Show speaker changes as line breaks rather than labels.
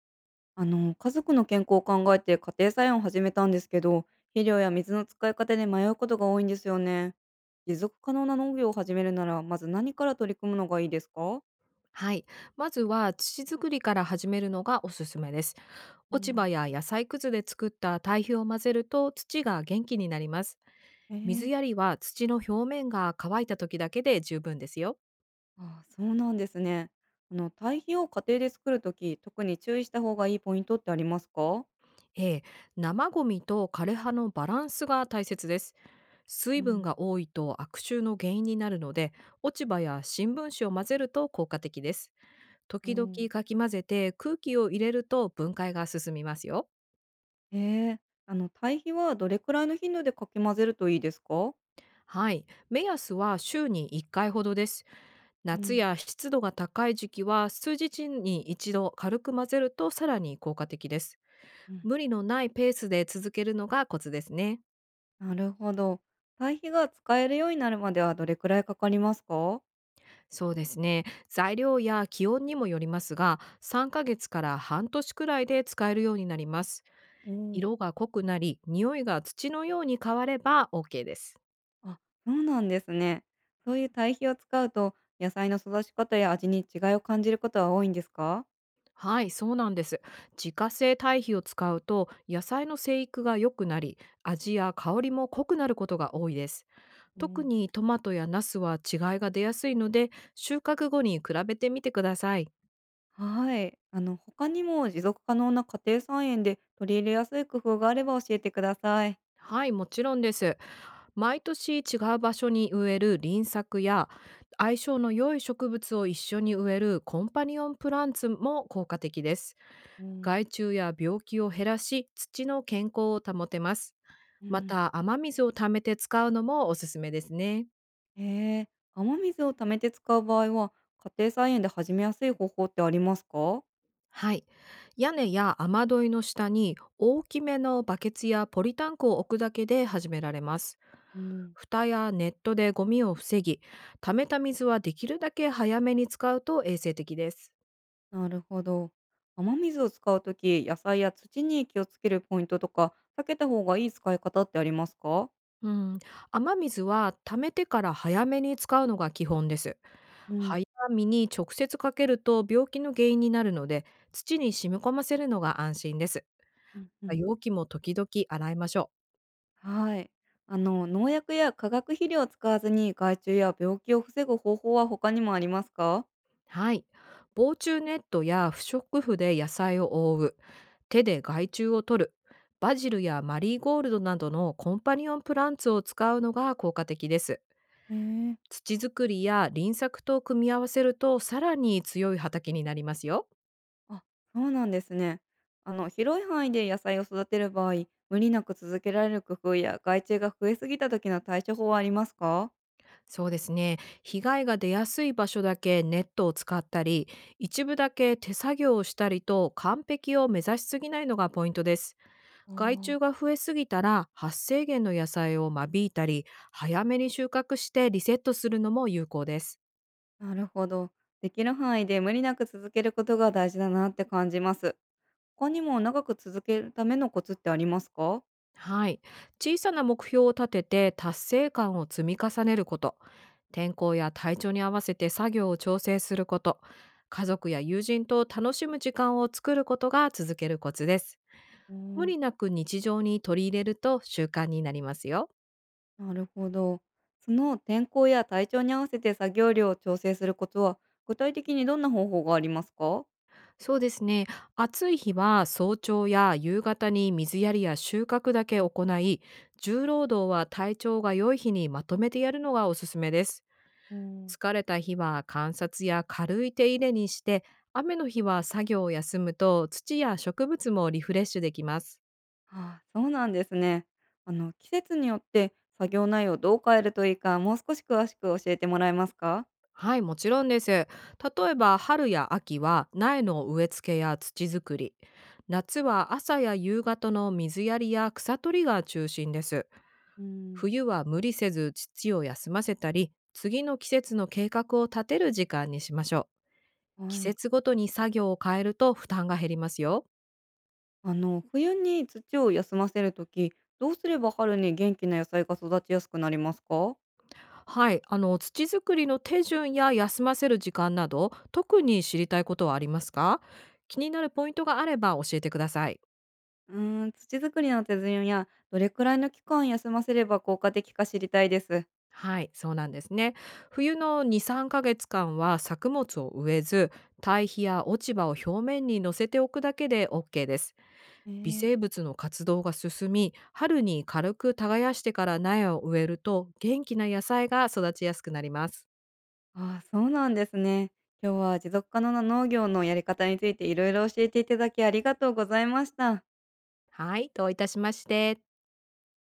あの家族の健康を考えて家庭菜園を始めたんですけど、肥料や水の使い方で迷うことが多いんですよね。持続可能な農業を始めるなら、まず何から取り組むのがいいですか？
はい。まずは土作りから始めるのがおすすめです。
う
落ち
ん、
葉や野菜くずで作った堆肥を混ぜると土が元気になります。
え
水
ー、
やりは土の表面が乾いた時だけで十分ですよ。
あー、そうなんですね。あの堆肥を家庭で作るとき、特に注意した方がいいポイントってありますか？
ええ、生ゴミと枯れ葉のバランスが大切です。水
う
分
ん、
が多いと悪臭の原因になるので、落ち葉や新聞紙を混ぜると効果的です。
う
時々
ん。
かき混ぜて空気を入れると分解が進みますよ。
えー、あの堆肥はどれくらいの頻度でかき混ぜるといいですか？
はい。目安は週に1回ほどです。
う
夏
ん。
や湿度が高い時期は数日に一度軽く混ぜるとさらに効果的です。
うん、
無理のないペースで続けるのがコツですね。
なるほど。堆肥が使えるようになるまでは、どれくらいかかりますか？
そうですね。材料や気温にもよりますが、3ヶ月から半年くらいで使えるようになります。
うん、
色が濃くなり、匂いが土のように変われば OK です。
あ、そうなんですね。そういう堆肥を使うと、野菜の育ち方や味に違いを感じることは多いんですか？
はい、そうなんです。自家製堆肥を使うと野菜の生育が良くなり、味や香りも濃くなることが多いです。
う
特
ん、
にトマトやナスは違いが出やすいので、収穫後に比べてみてください。
はい。他にも持続可能な家庭菜園で取り入れやすい工夫があれば教えてください。
はい、もちろんです。毎年違う場所に植える輪作や、相性の良い植物を一緒に植えるコンパニオンプランツも効果的です。
うん。
害虫や病気を減らし、土の健康を保てます。
う
ま
ん。
た、雨水を貯めて使うのもおすすめですね。
へえ。雨水を貯めて使う場合は、家庭菜園で始めやすい方法ってありますか？
はい。屋根や雨どいの下に大きめのバケツやポリタンクを置くだけで始められます。
うん、
蓋やネットでゴミを防ぎ、溜めた水はできるだけ早めに使うと衛生的です。
なるほど。雨水を使うとき、野菜や土に気をつけるポイントとか、避けた方がいい使い方ってありますか？
うん、雨水は溜めてから早めに使うのが基本です。
うん、
早めに直接かけると病気の原因になるので、土に染み込ませるのが安心です。
うん、うん。
容器も時々洗いましょう。
はい。農薬や化学肥料を使わずに害虫や病気を防ぐ方法は他にもありますか？
はい。防虫ネットや不織布で野菜を覆う、手で害虫を取る、バジルやマリーゴールドなどのコンパニオンプランツを使うのが効果的です。
へえー、
土作りや輪作と組み合わせるとさらに強い畑になりますよ。
あ、そうなんですね。広い範囲で野菜を育てる場合、無理なく続けられる工夫や害虫が増えすぎた時の対処法はありますか？
そうですね。被害が出やすい場所だけネットを使ったり、一部だけ手作業をしたりと、完璧を目指しすぎないのがポイントです。
あ
害
ー、
虫が増えすぎたら、発生源の野菜を間引いたり、早めに収穫してリセットするのも有効です。
なるほど。できる範囲で無理なく続けることが大事だなって感じます。他にも長く続けるためのコツってありますか？
はい、小さな目標を立てて達成感を積み重ねること、天候や体調に合わせて作業を調整すること、家族や友人と楽しむ時間を作ることが続けるコツです。
う
無
ん、
理なく日常に取り入れると習慣になりますよ。
なるほど。その天候や体調に合わせて作業量を調整することは、具体的にどんな方法がありますか？
そうですね。暑い日は早朝や夕方に水やりや収穫だけ行い、重労働は体調が良い日にまとめてやるのがおすすめです。
うん、
疲れた日は観察や軽い手入れにして、雨の日は作業を休むと、土や植物もリフレッシュできます。
ああ、そうなんですね。季節によって作業内容をどう変えるといいか、もう少し詳しく教えてもらえますか？
はい、もちろんです。例えば春や秋は苗の植え付けや土作り、夏は朝や夕方の水やりや草取りが中心です。
うん。
冬は無理せず父を休ませたり、次の季節の計画を立てる時間にしましょう。季
はい。
節ごとに作業を変えると負担が減りますよ。
あの冬に土を休ませるとき、どうすれば春に元気な野菜が育ちやすくなりますか？
はい、あの、土作りの手順や休ませる時間など、特に知りたいことはありますか？気になるポイントがあれば教えてください。
うーん、土作りの手順やどれくらいの期間休ませれば効果的か知りたいです。
はい、そうなんですね。冬の2、3ヶ月間は作物を植えず、堆肥や落ち葉を表面に乗せておくだけで OK です。
え
微
ー。
生物の活動が進み、春に軽く耕してから苗を植えると元気な野菜が育ちやすくなります。
ああ、そうなんですね。今日は持続可能な農業のやり方についていろいろ教えていただき、ありがとうございました。
はい、どういたしまして。